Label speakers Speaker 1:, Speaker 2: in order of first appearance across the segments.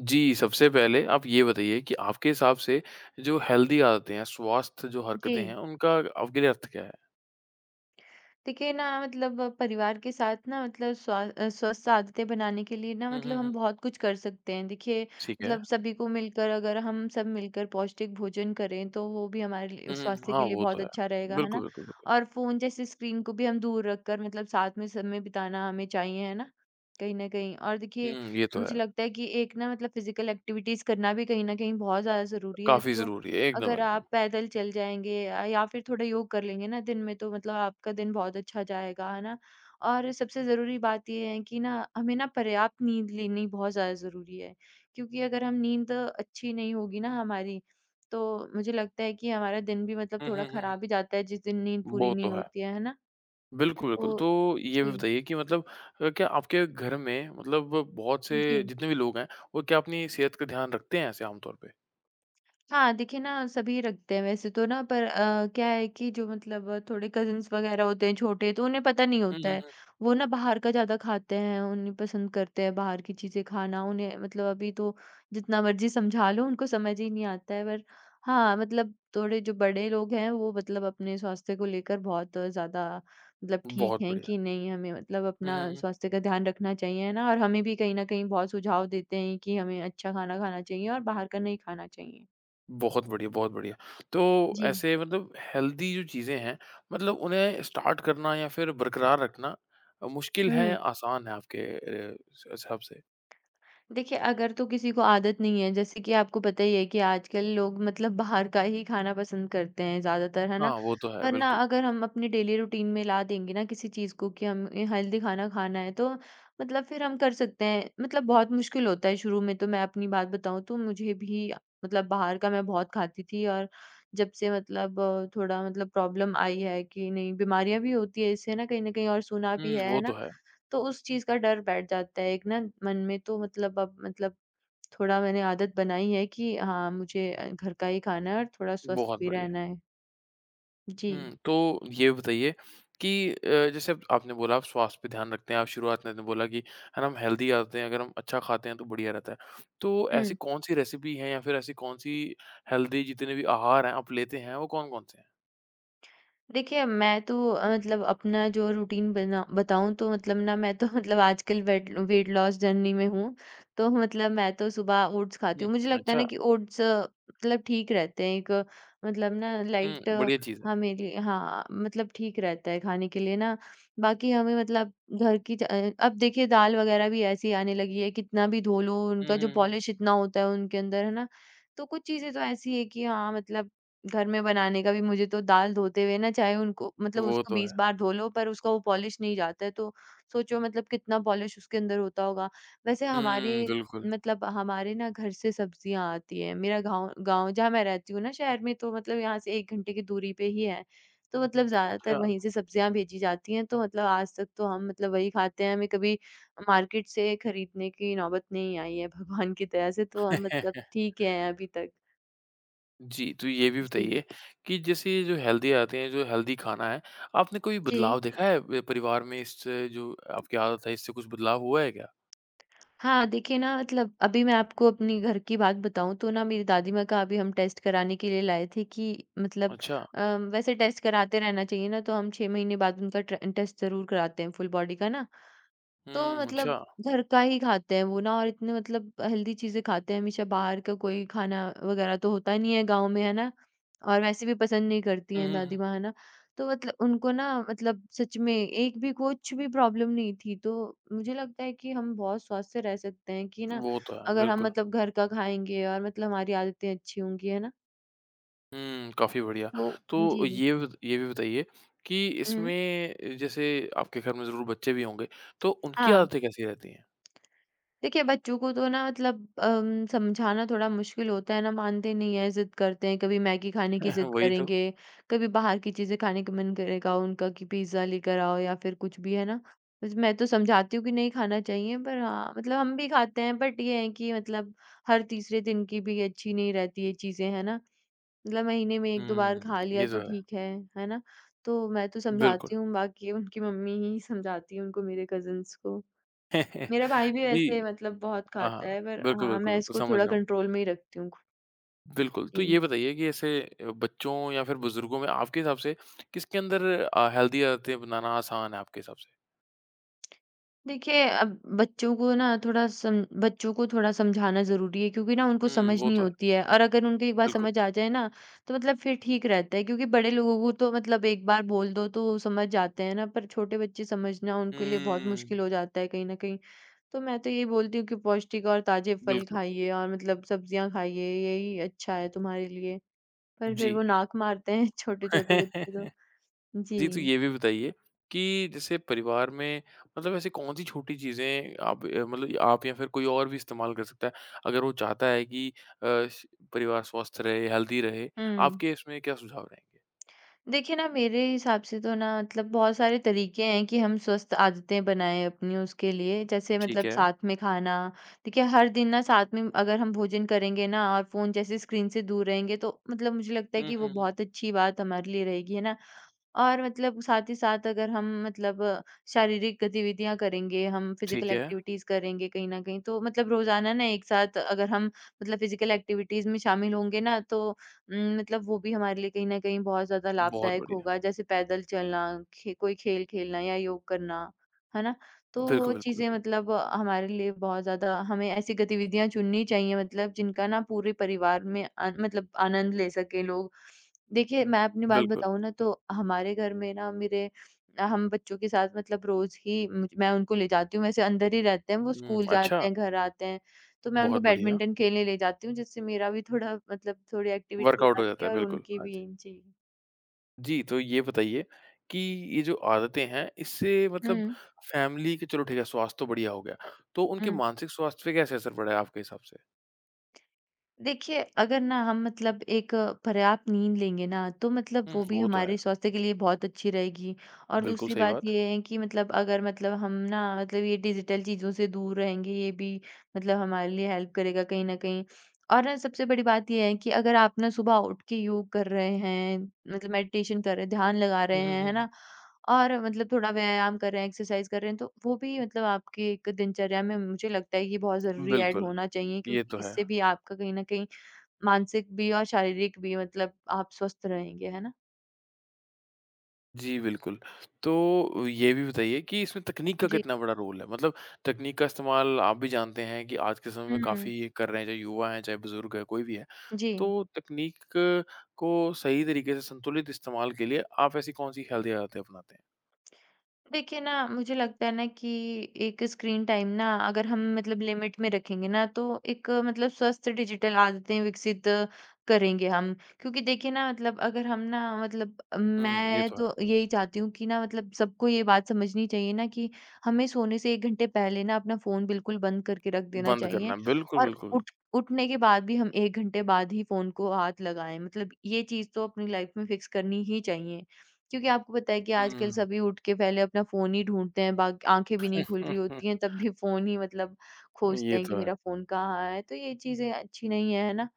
Speaker 1: जी, सबसे पहले आप ये बताइए कि आपके हिसाब से जो हेल्दी आदतें हैं, स्वास्थ्य जो हरकतें
Speaker 2: जी।
Speaker 1: हैं, उनका आपके लिए अर्थ क्या है?
Speaker 2: देखिए ना, मतलब परिवार के साथ ना, मतलब स्वस्थ आदतें बनाने के लिए ना,
Speaker 1: हुँ,
Speaker 2: मतलब
Speaker 1: हुँ, हुँ।
Speaker 2: हम बहुत कुछ कर सकते हैं। देखिए,
Speaker 1: ठीक है।
Speaker 2: मतलब सभी को मिलकर, अगर हम सब मिलकर पौष्टिक भोजन करें, तो वो भी हमारे लिए,
Speaker 1: हुँ, हुँ।
Speaker 2: स्वास्थ्य
Speaker 1: हाँ,
Speaker 2: के लिए
Speaker 1: वो तो
Speaker 2: बहुत
Speaker 1: है।
Speaker 2: अच्छा रहेगा, है
Speaker 1: बिल्कुल,
Speaker 2: ना?
Speaker 1: बिल्कुल, बिल्कुल।
Speaker 2: और फ़ोन जैसे स्क्रीन को भी हम दूर रखकर मतलब साथ में समय बिताना हमें चाहिए, है ना? कहीं न कहीं। और देखिए,
Speaker 1: हुँ, ये तो है।
Speaker 2: मुझे लगता है कि एक, ना मतलब फ़िज़िकल एक्टिविटीज़ करना भी कहीं न कहीं बहुत ज़्यादा ज़रूरी है।
Speaker 1: काफ़ी
Speaker 2: तो
Speaker 1: ज़रूरी है, एकदम,
Speaker 2: अगर
Speaker 1: एकदम।
Speaker 2: आप पैदल चल जाएँगे या फिर थोड़ा योग कर लेंगे ना दिन में, तो मतलब आपका दिन बहुत अच्छा जाएगा, है ना? और सबसे ज़रूरी बात ये है कि ना, हमें ना पर्याप्त नींद लेनी बहुत ज़्यादा ज़रूरी है, क्योंकि अगर हम, नींद अच्छी नहीं होगी ना हमारी, तो मुझे लगता है कि हमारा दिन भी मतलब
Speaker 1: हुँ,
Speaker 2: थोड़ा
Speaker 1: हुँ, हुँ, हुँ।
Speaker 2: खराब ही जाता है, जिस दिन नींद
Speaker 1: वो
Speaker 2: पूरी
Speaker 1: तो
Speaker 2: नहीं
Speaker 1: है।
Speaker 2: होती है ना?
Speaker 1: बिल्कुल, बिल्कुल।
Speaker 2: तो
Speaker 1: तो ये भी
Speaker 2: जी।
Speaker 1: बताइए कि मतलब क्या आपके घर में मतलब बहुत से
Speaker 2: जी।
Speaker 1: जितने भी लोग हैं, वो क्या अपनी सेहत का ध्यान रखते हैं ऐसे आम तौर पे?
Speaker 2: हाँ, देखिए ना, सभी रखते हैं वैसे तो ना, पर क्या है कि जो मतलब थोड़े कज़िन्स वग़ैरह होते हैं छोटे, तो उन्हें पता नहीं
Speaker 1: हुँ,
Speaker 2: होता
Speaker 1: हुँ,
Speaker 2: है।
Speaker 1: हुँ।
Speaker 2: वो ना बाहर का ज़्यादा खाते हैं, उन्हें पसंद करते हैं बाहर की चीज़ें खाना, उन्हें मतलब अभी तो जितना मर्ज़ी समझा लो, उनको समझ ही नहीं आता है। पर हाँ, मतलब थोड़े जो बड़े लोग हैं, वो मतलब अपने स्वास्थ्य को लेकर बहुत ज़्यादा मतलब, ठीक
Speaker 1: बहुत
Speaker 2: हैं
Speaker 1: बढ़िया।
Speaker 2: कि नहीं, हमें मतलब
Speaker 1: हुँ, हुँ,
Speaker 2: अपना
Speaker 1: हुँ।
Speaker 2: स्वास्थ्य का ध्यान रखना चाहिए, है ना? और हमें भी कहीं न कहीं बहुत सुझाव देते हैं कि हमें अच्छा खाना खाना चाहिए और बाहर का नहीं खाना चाहिए।
Speaker 1: बहुत बढ़िया, बहुत बढ़िया। तो
Speaker 2: जी।
Speaker 1: ऐसे मतलब हेल्दी जो चीज़ें हैं, मतलब उन्हें स्टार्ट करना या फिर बरकरार रखना मुश्किल है
Speaker 2: हुँ।
Speaker 1: या आसान है आपके अ, स हिसाब से?
Speaker 2: देखिए, अगर तो किसी को आदत नहीं है, जैसे कि आपको पता ही है कि आजकल लोग मतलब बाहर का ही खाना पसंद करते हैं ज़्यादातर, है ना?
Speaker 1: हाँ, वो तो है,
Speaker 2: वरना
Speaker 1: बिल्कुल।
Speaker 2: अगर हम अपने डेली रूटीन में ला देंगे ना किसी चीज़ को कि हम ये हेल्दी खाना खाना है, तो मतलब फिर हम कर सकते हैं। मतलब बहुत मुश्किल होता है शुरू में। तो मैं अपनी बात बताऊँ, तो मुझे भी मतलब बाहर का मैं बहुत खाती थी, और जब से मतलब थोड़ा मतलब प्रॉब्लम आई है कि नहीं, बीमारियाँ भी होती हैं इससे ना कहीं न कहीं, और सुना भी
Speaker 1: हुँ, वो
Speaker 2: है
Speaker 1: तो
Speaker 2: ना?
Speaker 1: है।
Speaker 2: तो उस चीज़ का डर बैठ जाता है एक, ना मन में। तो मतलब अब मतलब थोड़ा मैंने आदत बनाई है कि हाँ, मुझे घर का ही खाना है और थोड़ा स्वस्थ
Speaker 1: बहुत
Speaker 2: भी रहना
Speaker 1: बढ़िया।
Speaker 2: है। जी।
Speaker 1: हुँ, तो ये बताइए कि जैसे अब आपने बोला आप स्वास्थ्य पे ध्यान रखते हैं, आप शुरुआत में आपने बोला कि है ना, हम हेल्दी आदतें अगर हम अच्छा खाते हैं तो बढ़िया रहता है। तो ऐसी
Speaker 2: हुँ।
Speaker 1: कौन-सी रेसिपी है या फिर ऐसी कौन-सी हेल्दी जितने भी आहार हैं आप लेते हैं, वो कौन-कौन से हैं?
Speaker 2: देखिए, मैं तो मतलब अपना जो रूटीन, बना बताऊँ, तो मतलब ना, मैं तो मतलब आजकल वेट वेट लॉस जर्नी में हूँ। तो मतलब मैं तो सुबह ओट्स खाती
Speaker 1: हुँ,
Speaker 2: हूँ। मुझे लगता है ना
Speaker 1: अच्छा।
Speaker 2: कि ओट्स मतलब ठीक रहते हैं, एक मतलब ना लाइट,
Speaker 1: हुँ, बढ़िया चीज़ है।
Speaker 2: हाँ, मेरी हाँ, मतलब ठीक रहता है खाने के लिए ना। बाकी हमें मतलब घर की अब देखिए, दाल वग़ैरह भी ऐसी आने लगी है, कितना भी धो लो,
Speaker 1: हुँ,
Speaker 2: उनका जो
Speaker 1: हुँ, हुँ।
Speaker 2: पॉलिश इतना होता है उनके अंदर, है ना? तो कुछ चीज़ें तो ऐसी है कि हाँ, मतलब घर में बनाने का भी, मुझे तो दाल धोते हुए ना, चाहे उनको मतलब
Speaker 1: वो
Speaker 2: उसको
Speaker 1: तो है।
Speaker 2: 20 बार धो लो, पर उसका वो पॉलिश नहीं जाता है। तो सोचो, मतलब कितना पॉलिश उसके अंदर होता होगा। वैसे हमारे
Speaker 1: हुँ, बिल्कुल।
Speaker 2: मतलब हमारे ना घर से सब्जियाँ आती हैं। मेरा गाँव गाँव जहाँ मैं रहती हूँ ना, शहर में तो मतलब यहाँ से 1 घंटे की दूरी पे ही है। तो मतलब ज़्यादातर
Speaker 1: अच्छा।
Speaker 2: वहीं से सब्जियाँ भेजी जाती हैं। तो मतलब आज तक तो हम मतलब वही खाते हैं। हमें कभी मार्केट से खरीदने की नौबत नहीं आई है भगवान की दया से। तो हम मतलब ठीक हैं अभी तक।
Speaker 1: जी, तो ये भी
Speaker 2: जी।
Speaker 1: बताइए कि जैसे ये जो हेल्दी आदतें हैं, जो हेल्दी खाना है, आपने कोई
Speaker 2: जी।
Speaker 1: बदलाव देखा है ब परिवार में इससे जो आपकी आदत है, इससे कुछ बदलाव हुआ है क्या?
Speaker 2: हाँ, देखिए ना, मतलब अभी मैं आपको अपनी घर की बात बताऊँ, तो ना, मेरी दादी माँ का अभी हम टेस्ट कराने के लिए लाए थे कि मतलब
Speaker 1: अच्छा।
Speaker 2: अ, वैसे टेस्ट कराते रहना चाहिए ना। तो हम 6 महीने बाद उनका ट्र टेस्ट ज़रूर कराते हैं, फुल बॉडी का ना। तो
Speaker 1: हुँ,
Speaker 2: मतलब
Speaker 1: अच्छा।
Speaker 2: घर का ही खाते हैं वो ना, और इतने मतलब हेल्दी चीज़ें खाते हैं हमेशा, बाहर का कोई खाना वगैरह तो होता नहीं है गाँव में, है ना? और वैसे भी पसंद नहीं करती
Speaker 1: हुँ,
Speaker 2: हैं
Speaker 1: हुँ,
Speaker 2: दादी
Speaker 1: हुँ।
Speaker 2: माँ, है ना? तो मतलब उनको ना मतलब सच में एक भी कुछ भी प्रॉब्लम नहीं थी। तो मुझे लगता है कि हम बहुत स्वस्थ रह सकते हैं कि ना,
Speaker 1: वो तो है,
Speaker 2: अगर हम
Speaker 1: बिल्कुल।
Speaker 2: मतलब घर का खाएँगे और मतलब हमारी आदतें अच्छी होंगी, है ना?
Speaker 1: हुँ, काफ़ी बढ़िया।
Speaker 2: तो
Speaker 1: तो
Speaker 2: जी।
Speaker 1: ये भी बताइए कि
Speaker 2: हुँ।
Speaker 1: इसमें जैसे आपके घर में ज़रूर बच्चे भी होंगे, तो उनकी
Speaker 2: हाँ।
Speaker 1: आदतें कैसी रहती हैं?
Speaker 2: देखिए, बच्चों को तो ना मतलब समझाना थोड़ा मुश्किल होता है ना, मानते नहीं हैं, ज़िद करते हैं। कभी मैगी खाने की ज़िद
Speaker 1: वही तो।
Speaker 2: करेंगे, कभी बाहर की चीज़ें खाने का मन करेगा उनका कि पिज़्ज़ा लेकर आओ, या फिर कुछ भी, है ना? बस मैं तो समझाती हूँ कि नहीं खाना चाहिए, पर हाँ, मतलब हम भी खाते हैं, बट ये है कि मतलब हर तीसरे दिन की भी अच्छी नहीं रहती ये चीज़ें, है ना? मतलब महीने में 1-2 बार
Speaker 1: हुँ,
Speaker 2: खा
Speaker 1: ये
Speaker 2: लिया
Speaker 1: तो
Speaker 2: तो
Speaker 1: है।
Speaker 2: ठीक है ना? तो मैं तो
Speaker 1: बिल्कुल।
Speaker 2: समझाती हूँ, बाकी उनकी मम्मी ही समझाती है उनको, मेरे कज़िन्स को। मेरा भाई भी वैसे
Speaker 1: जी,
Speaker 2: मतलब बहुत
Speaker 1: हाँ,
Speaker 2: खाता है, पर
Speaker 1: बिल्कुल,
Speaker 2: हाँ,
Speaker 1: बिल्कुल,
Speaker 2: मैं
Speaker 1: बिल्कुल,
Speaker 2: इसको
Speaker 1: समझ
Speaker 2: थोड़ा
Speaker 1: रहा हूँ।
Speaker 2: कंट्रोल में ही रखती हूँ खुद
Speaker 1: बिल्कुल, तो
Speaker 2: ही।
Speaker 1: ये बताइए कि ऐसे बच्चों या फिर बुज़ुर्गों में आपके हिसाब से किसके अंदर हेल्दी आदतें बनाना आसान है आपके हिसाब से?
Speaker 2: देखिए, अब बच्चों को थोड़ा समझाना ज़रूरी है, क्योंकि ना, उनको
Speaker 1: हुँ,
Speaker 2: समझ
Speaker 1: वो
Speaker 2: नहीं
Speaker 1: तो है,
Speaker 2: होती है, और अगर उनको एक बार
Speaker 1: बिल्कुल।
Speaker 2: समझ आ जाए ना, तो मतलब फिर ठीक रहता है। क्योंकि बड़े लोगों को तो मतलब एक बार बोल दो तो वो समझ जाते हैं ना, पर छोटे बच्चे, समझना उनके लिए बहुत
Speaker 1: हुँ,
Speaker 2: मुश्किल हो जाता है कहीं न कहीं। तो मैं तो यही बोलती हूँ कि पौष्टिक और ताज़े फल
Speaker 1: बिल्कुल,
Speaker 2: खाइए, और मतलब सब्जियाँ खाइए, यही अच्छा है तुम्हारे लिए। पर फिर
Speaker 1: जी।
Speaker 2: वो नाक मारते हैं छोटे-छोटे बच्चे तो।
Speaker 1: जी, तो
Speaker 2: जी।
Speaker 1: ये भी बताइए कि जैसे परिवार में मतलब ऐसी कौन-सी छोटी चीज़ें आप मतलब आप या फिर कोई और भी इस्तेमाल कर सकता है, अगर वो चाहता है कि अ, स परिवार स्वस्थ रहे, हेल्दी रहे,
Speaker 2: हुँ।
Speaker 1: आपके इसमें क्या सुझाव रहेंगे?
Speaker 2: देखिए ना, मेरे हिसाब से तो ना मतलब बहुत सारे तरीके हैं कि हम स्वस्थ आदतें बनाएँ अपनी, उसके लिए जैसे
Speaker 1: ठीक
Speaker 2: मतलब
Speaker 1: है।
Speaker 2: साथ में खाना, ठीक है? हर दिन ना साथ में अगर हम भोजन करेंगे ना, और फ़ोन जैसे स्क्रीन से दूर रहेंगे, तो मतलब मुझे लगता है
Speaker 1: हुँ,
Speaker 2: कि वो
Speaker 1: हुँ, हुँ।
Speaker 2: बहुत अच्छी बात हमारे लिए रहेगी, है ना? और मतलब साथ ही साथ अगर हम मतलब शारीरिक गतिविधियां करेंगे, हम
Speaker 1: ठीक
Speaker 2: फिजिकल
Speaker 1: है,
Speaker 2: एक्टिविटीज करेंगे कहीं न कहीं, तो मतलब रोज़ाना ना एक साथ अगर हम मतलब फिजिकल एक्टिविटीज में शामिल होंगे ना, तो मतलब वो भी हमारे लिए कहीं न कहीं बहुत ज़्यादा
Speaker 1: बहुत
Speaker 2: लाभदायक
Speaker 1: बढ़िया।
Speaker 2: होगा। जैसे पैदल चलना, खे कोई खेल खेलना, या योग करना, है ना? तो
Speaker 1: बिल्कुल,
Speaker 2: वो
Speaker 1: बिल्कुल,
Speaker 2: चीज़ें
Speaker 1: बिल्कुल।
Speaker 2: मतलब हमारे लिए बहुत ज़्यादा, हमें ऐसी गतिविधियाँ चुननी चाहिए मतलब जिनका ना पूरे परिवार में मतलब आनंद ले सकें लोग। देखिए, मैं अपनी बात
Speaker 1: बिल्कुल।
Speaker 2: बताऊँ ना, तो हमारे घर में ना, मेरे हम बच्चों के साथ मतलब रोज़ ही, मुझ मैं उनको ले जाती हूँ, वैसे अंदर ही रहते हैं, वो
Speaker 1: हुँ,
Speaker 2: स्कूल जाते
Speaker 1: अच्छा,
Speaker 2: हैं, घर आते हैं, तो मैं उनको
Speaker 1: बहुत बढ़िया।
Speaker 2: बैडमिंटन खेलने ले जाती हूँ, जिससे मेरा भी थोड़ा मतलब थोड़ी एक्टिविटी हो
Speaker 1: वर्कआउट हो
Speaker 2: जाती
Speaker 1: जाता है,
Speaker 2: है, और
Speaker 1: बिल्कुल।
Speaker 2: उनकी
Speaker 1: हाँ जी।
Speaker 2: भी। जी।
Speaker 1: जी, तो ये बताइए कि ये जो आदतें हैं, इससे मतलब
Speaker 2: हुँ,
Speaker 1: फैमिली के चलो ठीक है, स्वास्थ्य तो बढ़िया हो गया, तो उनके
Speaker 2: हुँ।
Speaker 1: मानसिक स्वास्थ्य पे कैसे असर पड़ा है आपके हिसाब से?
Speaker 2: देखिए, अगर ना हम मतलब एक पर्याप्त नींद लेंगे ना, तो मतलब
Speaker 1: हुँ,
Speaker 2: वो भी
Speaker 1: वो तो है।
Speaker 2: हमारे स्वास्थ्य के लिए बहुत अच्छी रहेगी। और
Speaker 1: बिल्कुल
Speaker 2: दूसरी
Speaker 1: सही
Speaker 2: बात
Speaker 1: बात।
Speaker 2: ये है कि मतलब अगर मतलब हम ना मतलब ये डिजिटल चीज़ों से दूर रहेंगे, ये भी मतलब हमारे लिए हेल्प करेगा कहीं न कहीं। और ना सबसे बड़ी बात ये है कि अगर आप ना सुबह उठ के योग कर रहे हैं, मतलब मेडिटेशन कर रहे हैं, ध्यान लगा
Speaker 1: हुँ,
Speaker 2: रहे
Speaker 1: हुँ,
Speaker 2: हैं, है
Speaker 1: हुँ,
Speaker 2: ना? और मतलब थोड़ा व्यायाम कर रहे हैं, एक्सरसाइज कर रहे हैं, तो वो भी मतलब आपके एक दिनचर्या में मुझे लगता है कि बहुत
Speaker 1: हुँ।
Speaker 2: ज़रूरी ऐड
Speaker 1: बिल्कुल,
Speaker 2: होना चाहिए,
Speaker 1: ये
Speaker 2: क्योंकि
Speaker 1: तो है।
Speaker 2: इससे भी आपका कहीं न कहीं मानसिक भी और शारीरिक भी, मतलब आप स्वस्थ रहेंगे, है ना?
Speaker 1: जी, बिल्कुल। तो ये भी बताइए कि इसमें तकनीक का
Speaker 2: जी।
Speaker 1: कितना बड़ा रोल है? मतलब तकनीक का इस्तेमाल आप भी जानते हैं कि आज के समय में
Speaker 2: हुँ,
Speaker 1: काफ़ी कर रहे हैं, चाहे युवा हैं, चाहे बुज़ुर्ग हैं, कोई भी है।
Speaker 2: जी।
Speaker 1: तो तकनीक को सही तरीके से संतुलित इस्तेमाल के लिए आप ऐसी कौन-सी हेल्दी आदतें अपनाते हैं?
Speaker 2: देखिए ना, मुझे लगता है ना कि एक स्क्रीन टाइम ना अगर हम मतलब लिमिट में रखेंगे ना, तो एक मतलब स्वस्थ डिजिटल आदतें विकसित करेंगे हम। क्योंकि देखिए ना, मतलब अगर हम ना, मतलब
Speaker 1: हुँ, ये
Speaker 2: मैं
Speaker 1: तो है।
Speaker 2: तो यही चाहती हूँ कि ना, मतलब सबको ये बात समझनी चाहिए ना कि हमें सोने से 1 घंटे पहले ना अपना फ़ोन बिल्कुल बंद करके रख देना
Speaker 1: बंद
Speaker 2: चाहिए,
Speaker 1: करना, बिल्कुल,
Speaker 2: और
Speaker 1: बिल्कुल।
Speaker 2: उठ उठने के बाद भी हम 1 घंटे बाद ही फ़ोन को हाथ लगाएँ। मतलब ये चीज़ तो अपनी लाइफ़ में फिक्स करनी ही चाहिए। क्योंकि आपको पता है कि आजकल
Speaker 1: हुँ।
Speaker 2: सभी उठ के पहले अपना फ़ोन ही ढूँढते हैं, बाक आँखें भी नहीं खुल रही होती हैं, तब भी फ़ोन ही मतलब खोजते
Speaker 1: ये
Speaker 2: हैं कि
Speaker 1: तो है।
Speaker 2: मेरा फ़ोन कहाँ है? तो ये चीज़ें अच्छी नहीं है, है ना?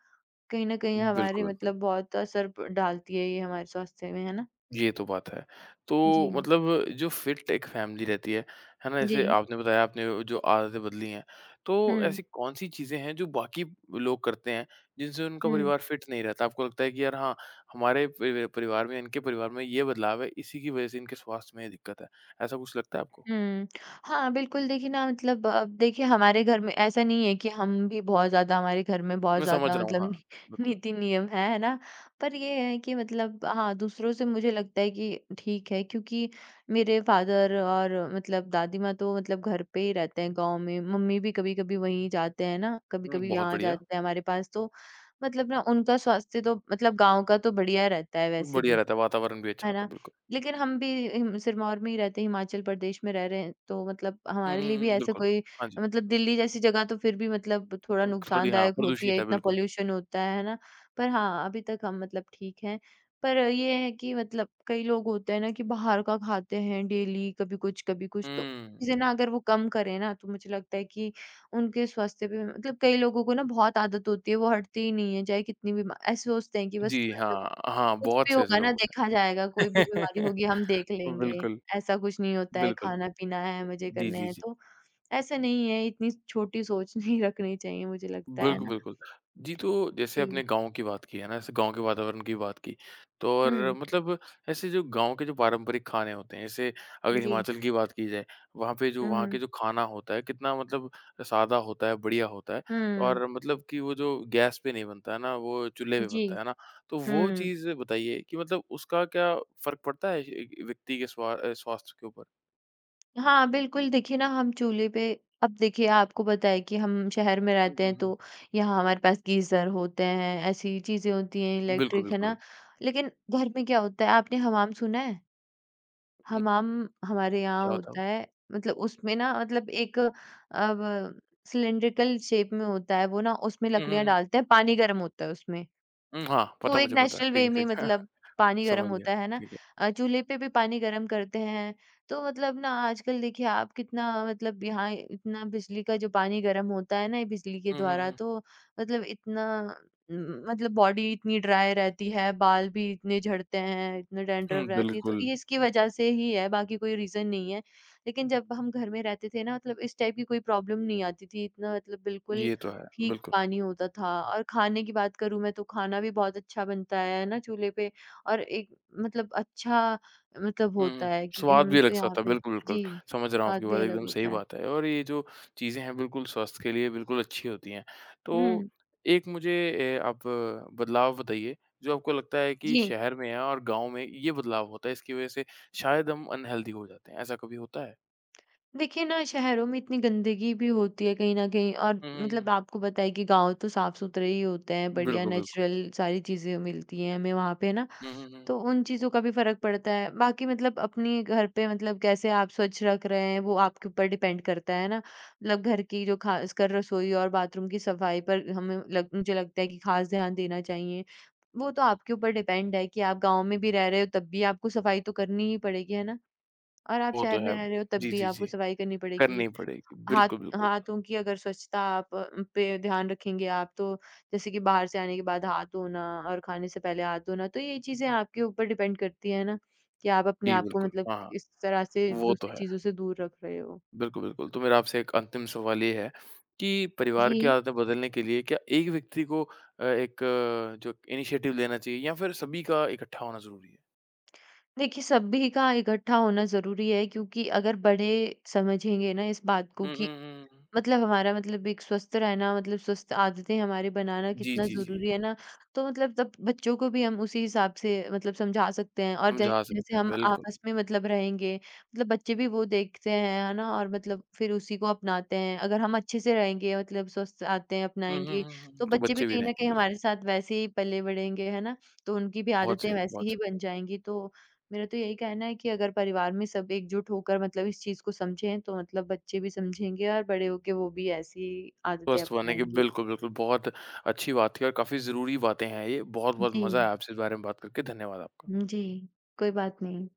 Speaker 2: कहीं न कहीं हमारे
Speaker 1: बिल्कुल, बिल्कुल।
Speaker 2: मतलब बहुत असर प डालती है ये हमारे स्वास्थ्य में, है ना?
Speaker 1: ये तो बात है। तो
Speaker 2: जी।
Speaker 1: मतलब जो फिट एक फैमिली रहती है ना?
Speaker 2: जी।
Speaker 1: जैसे आपने बताया आपने वो जो आदतें बदली हैं, तो
Speaker 2: हुँ।
Speaker 1: ऐसी कौन-सी चीज़ें हैं जो बाकी लोग करते हैं, जिनसे उनका
Speaker 2: हुँ।
Speaker 1: परिवार फिट नहीं रहता? आपको लगता है कि यार हाँ, हमारे परिवार में इनके परिवार में ये बदलाव है, इसी की वज़ह से इनके स्वास्थ्य में ये दिक्कत है। ऐसा कुछ लगता है आपको?
Speaker 2: हुँ। हाँ, बिल्कुल देखिए ना मतलब अब देखिए हमारे घर में ऐसा नहीं है कि हम भी बहुत ज़्यादा हमारे घर में बहुत
Speaker 1: मैं समझ
Speaker 2: ज़्यादा
Speaker 1: रहा हूँ,
Speaker 2: मतलब नि
Speaker 1: हाँ, बिल्कुल।
Speaker 2: नीति-नियम है ना? पर ये है कि मतलब हाँ, दूसरों से मुझे लगता है कि ठीक है, क्योंकि मेरे फ़ादर और मतलब दादी माँ तो मतलब घर पे ही रहते हैं गाँव में। मम्मी भी कभी-कभी वहीं जाते हैं ना,
Speaker 1: हुँ,
Speaker 2: कभी-कभी
Speaker 1: बहुत
Speaker 2: यहाँ
Speaker 1: बढ़िया।
Speaker 2: जाते हैं हमारे पास, तो मतलब ना उनका स्वास्थ्य तो मतलब गाँव का तो बढ़िया रहता है वैसे
Speaker 1: बढ़िया
Speaker 2: भी।
Speaker 1: रहता है, वातावरण भी अच्छा
Speaker 2: है
Speaker 1: होता
Speaker 2: ना?
Speaker 1: है, बिल्कुल।
Speaker 2: लेकिन हम भी हिम सिरमौर में ही रहते हैं, हिमाचल प्रदेश में रह रहे हैं, तो मतलब
Speaker 1: हुँ,
Speaker 2: हमारे
Speaker 1: हुँ,
Speaker 2: लिए भी
Speaker 1: हुँ,
Speaker 2: ऐसे
Speaker 1: बिल्कुल।
Speaker 2: कोई
Speaker 1: हाँ जी,
Speaker 2: मतलब दिल्ली जैसी जगह तो फिर भी मतलब थोड़ा
Speaker 1: थोड़ी हाँ,
Speaker 2: नुकसानदायक होती है,
Speaker 1: प्रदूषित है,
Speaker 2: इतना
Speaker 1: बिल्कुल।
Speaker 2: पॉल्यूशन होता है ना? पर हाँ, अभी तक हम मतलब ठीक हैं। पर ये है कि मतलब कई लोग होते हैं ना कि बाहर का खाते हैं डेली, कभी कुछ, कभी कुछ, तो
Speaker 1: हुँ।
Speaker 2: चीज़ें ना अगर वो कम करें ना, तो मुझे लगता है कि उनके स्वास्थ्य पे मतलब कई लोगों को ना बहुत आदत होती है, वो हटती ही नहीं है, चाहे कितनी भी। मा ऐसे सोचते हैं कि बस
Speaker 1: जी,
Speaker 2: मतलब
Speaker 1: हाँ, हाँ,
Speaker 2: कुछ
Speaker 1: बहुत
Speaker 2: भी
Speaker 1: से ऐसे
Speaker 2: होगा
Speaker 1: लोग
Speaker 2: ना देखा
Speaker 1: होते
Speaker 2: जाएगा, कोई भी बीमारी
Speaker 1: हैं।
Speaker 2: होगी हम देख लेंगे,
Speaker 1: बिल्कुल,
Speaker 2: ऐसा कुछ नहीं होता है,
Speaker 1: बिल्कुल।
Speaker 2: खाना-पीना है, मज़े
Speaker 1: जी,
Speaker 2: करने
Speaker 1: जी,
Speaker 2: हैं,
Speaker 1: जी।
Speaker 2: तो ऐसा नहीं है, इतनी छोटी सोच नहीं रखनी चाहिए, मुझे लगता है
Speaker 1: बिल्कुल,
Speaker 2: ना।
Speaker 1: बिल्कुल। जी, तो जैसे
Speaker 2: जी,
Speaker 1: आपने गाँव की बात की है ना, ऐसे गाँव के वातावरण की बात की, तो और
Speaker 2: हुँ,
Speaker 1: मतलब ऐसे जो गाँव के जो पारंपरिक खाने होते हैं, जैसे अगर
Speaker 2: जी,
Speaker 1: हिमाचल की बात की जाए, वहाँ पे जो वहाँ
Speaker 2: हुँ,
Speaker 1: के जो खाना होता है, कितना मतलब सादा होता है, बढ़िया होता है
Speaker 2: हुँ,
Speaker 1: और मतलब कि वो जो गैस पे नहीं बनता है ना, वो चूल्हे पे
Speaker 2: जी,
Speaker 1: बनता है ना? तो वो
Speaker 2: हुँ।
Speaker 1: चीज़ बताइए कि मतलब उसका क्या फ़र्क पड़ता है व्यक्ति के स्वास्थ्य के ऊपर?
Speaker 2: हाँ, बिल्कुल देखिए ना, हम चूल्हे पे अब देखिए आपको पता है कि हम शहर में
Speaker 1: हुँ,
Speaker 2: रहते
Speaker 1: हुँ,
Speaker 2: हैं, तो
Speaker 1: हुँ।
Speaker 2: यहाँ हमारे पास गीज़र होते हैं, ऐसी चीज़ें होती हैं,
Speaker 1: बिल्कुल,
Speaker 2: इलेक्ट्रिक है
Speaker 1: बिल्कुल।
Speaker 2: ना। लेकिन घर में क्या होता है, आपने हमाम सुना है?
Speaker 1: उम,
Speaker 2: हमाम हमारे यहाँ
Speaker 1: क्या होता है
Speaker 2: होता
Speaker 1: वो?
Speaker 2: है, मतलब उसमें ना मतलब एक अब सिलिंड्रिकल शेप में होता है वो ना, उसमें
Speaker 1: हुँ, हुँ,
Speaker 2: लकड़ियाँ
Speaker 1: हुँ।
Speaker 2: डालते हैं, पानी गर्म होता है उसमें।
Speaker 1: हुँ, हाँ,
Speaker 2: वो
Speaker 1: पता
Speaker 2: एक
Speaker 1: मुझे पता है।
Speaker 2: नेचुरल
Speaker 1: ठीक
Speaker 2: वे
Speaker 1: है,
Speaker 2: में
Speaker 1: ठीक है।
Speaker 2: मतलब पानी गरम
Speaker 1: समझ गया,
Speaker 2: होता है ना।
Speaker 1: ठीक है।
Speaker 2: चूल्हे पे भी पानी गरम करते हैं, तो मतलब ना आजकल देखिए आप कितना मतलब यहाँ इतना बिजली का जो पानी गरम होता है ना, ये बिजली के
Speaker 1: हुँ, हुँ,
Speaker 2: द्वारा,
Speaker 1: हुँ।
Speaker 2: तो मतलब इतना मतलब बॉडी इतनी ड्राई रहती है, बाल भी इतने झड़ते हैं, इतने
Speaker 1: हुँ,
Speaker 2: डैंड्रफ रहती है, तो
Speaker 1: बिल्कुल,
Speaker 2: ये इसकी वजह से ही है, बाकी कोई रीजन नहीं है। लेकिन जब हम घर में रहते थे ना, मतलब इस टाइप की कोई प्रॉब्लम नहीं आती थी, इतना मतलब बिल्कुल
Speaker 1: ये तो है,
Speaker 2: ठीक
Speaker 1: बिल्कुल।
Speaker 2: पानी होता था। और खाने की बात करूँ मैं, तो खाना भी बहुत अच्छा बनता है ना चूल्हे पे। और एक मतलब अच्छा मतलब
Speaker 1: हुँ, हुँ।
Speaker 2: होता है कि
Speaker 1: स्वाद
Speaker 2: हम
Speaker 1: भी अलग
Speaker 2: तो
Speaker 1: सा
Speaker 2: यहाँ
Speaker 1: होता है,
Speaker 2: पे।
Speaker 1: बिल्कुल, बिल्कुल।
Speaker 2: जी,
Speaker 1: समझ रहा हूँ आपकी
Speaker 2: स्वाद भी
Speaker 1: बात,
Speaker 2: अलग
Speaker 1: एकदम सही
Speaker 2: होता है।
Speaker 1: बात है और ये जो चीज़ें हैं, बिल्कुल स्वास्थ्य के लिए बिल्कुल अच्छी होती हैं। तो
Speaker 2: हुँ,
Speaker 1: एक मुझे बदलाव बताइए, जो आपको लगता है कि
Speaker 2: जी।
Speaker 1: शहर में है और गाँव में ये बदलाव होता है, इसकी वजह से शायद हम अनहेल्दी हो जाते हैं, ऐसा कभी होता है?
Speaker 2: देखिए ना, शहरों में इतनी गंदगी भी होती है कहीं न कहीं, और
Speaker 1: हुँ, हुँ,
Speaker 2: मतलब
Speaker 1: हुँ।
Speaker 2: आपको पता है कि गाँव तो साफ-सुथरे ही होते हैं, बढ़िया
Speaker 1: बिल्कुल, बिल्कुल।
Speaker 2: नेचुरल सारी चीज़ें मिलती हैं हमें वहाँ पे ना।
Speaker 1: हुँ, हुँ, हुँ।
Speaker 2: तो उन चीज़ों का भी फ़र्क पड़ता है। बाकी मतलब अपनी घर पे मतलब कैसे आप स्वच्छ रख रहे हैं, वो आपके ऊपर डिपेंड करता है ना। मतलब घर की जो ख़ासकर रसोई और बाथरूम की सफाई पर हमें लग मुझे लगता है कि ख़ास ध्यान देना चाहिए। वो तो आपके ऊपर डिपेंड है कि आप गाँव में भी रह रहे हो, तब भी आपको सफाई तो करनी ही पड़ेगी, है ना? और आप
Speaker 1: वो तो
Speaker 2: शहर में
Speaker 1: है।
Speaker 2: रह रहे हो, तब
Speaker 1: जी,
Speaker 2: भी
Speaker 1: जी,
Speaker 2: आपको
Speaker 1: जी।
Speaker 2: सफाई करनी पड़ेगी।
Speaker 1: करनी पड़ेगी।
Speaker 2: हाथ
Speaker 1: बिल्कुल, बिल्कुल।
Speaker 2: हाथों की अगर स्वच्छता आप पे ध्यान रखेंगे आप, तो जैसे कि बाहर से आने के बाद हाथ धोना और खाने से पहले हाथ धोना, तो ये चीज़ें आपके ऊपर डिपेंड करती है ना, कि आप अपने
Speaker 1: जी,
Speaker 2: आप को
Speaker 1: बिल्कुल।
Speaker 2: मतलब
Speaker 1: हाँ, हाँ,
Speaker 2: इस तरह से
Speaker 1: वो तो
Speaker 2: दूसरी
Speaker 1: है।
Speaker 2: चीज़ों से दूर रख रहे हो।
Speaker 1: बिल्कुल, बिल्कुल। तो मेरा आपसे एक अंतिम सवाल ये है कि
Speaker 2: जी।
Speaker 1: परिवार की आदतें बदलने के लिए क्या एक व्यक्ति को जो इनिशिएटिव लेना चाहिए या फिर सभी का इकट्ठा होना ज़रूरी है?
Speaker 2: देखिए, सभी का इकट्ठा होना ज़रूरी है, क्योंकि अगर बड़े समझेंगे ना इस बात को
Speaker 1: हुँ,
Speaker 2: कि
Speaker 1: हुँ, हुँ, हुँ।
Speaker 2: मतलब हमारा मतलब एक स्वस्थ रहना मतलब स्वस्थ आदतें हमारी बनाना
Speaker 1: जी,
Speaker 2: कितना हुँ।
Speaker 1: जी, जी।
Speaker 2: ज़रूरी है ना, तो मतलब तब बच्चों को भी हम उसी हिसाब से मतलब समझा सकते हैं। और जै
Speaker 1: समझा सकते
Speaker 2: जैसे
Speaker 1: हैं,
Speaker 2: हम
Speaker 1: बिल्कुल।
Speaker 2: आपस में मतलब रहेंगे, मतलब बच्चे भी वो देखते हैं, है ना? और मतलब फिर उसी को अपनाते हैं। अगर हम अच्छे से रहेंगे मतलब स्वस्थ आदतें
Speaker 1: हुँ, हुँ,
Speaker 2: अपनाएँगे,
Speaker 1: हुँ, हुँ।
Speaker 2: तो
Speaker 1: तो
Speaker 2: बच्चे भी
Speaker 1: बच्चे भी
Speaker 2: कहीं न
Speaker 1: रहेंगे,
Speaker 2: कहीं
Speaker 1: बिल्कुल।
Speaker 2: हमारे साथ वैसे ही पले-बढ़ेंगे, है ना? तो उनकी भी
Speaker 1: बहुत
Speaker 2: आदतें
Speaker 1: सही,
Speaker 2: वैसे
Speaker 1: बहुत
Speaker 2: ही
Speaker 1: सही।
Speaker 2: बन जाएँगी, तो मेरा तो यही कहना है कि अगर परिवार में सब एकजुट होकर मतलब इस चीज़ को समझें, तो मतलब बच्चे भी समझेंगे और बड़े होके वो भी ऐसी आदतें
Speaker 1: स्वस्थ बनने की
Speaker 2: अपनाएँगे।
Speaker 1: बिल्कुल, बिल्कुल, बहुत अच्छी बात थी और काफ़ी ज़रूरी बातें हैं ये। बहुत-बहुत मज़ा
Speaker 2: जी,
Speaker 1: आया आपसे इस बारे में बात करके। धन्यवाद आपका।
Speaker 2: जी, कोई बात नहीं।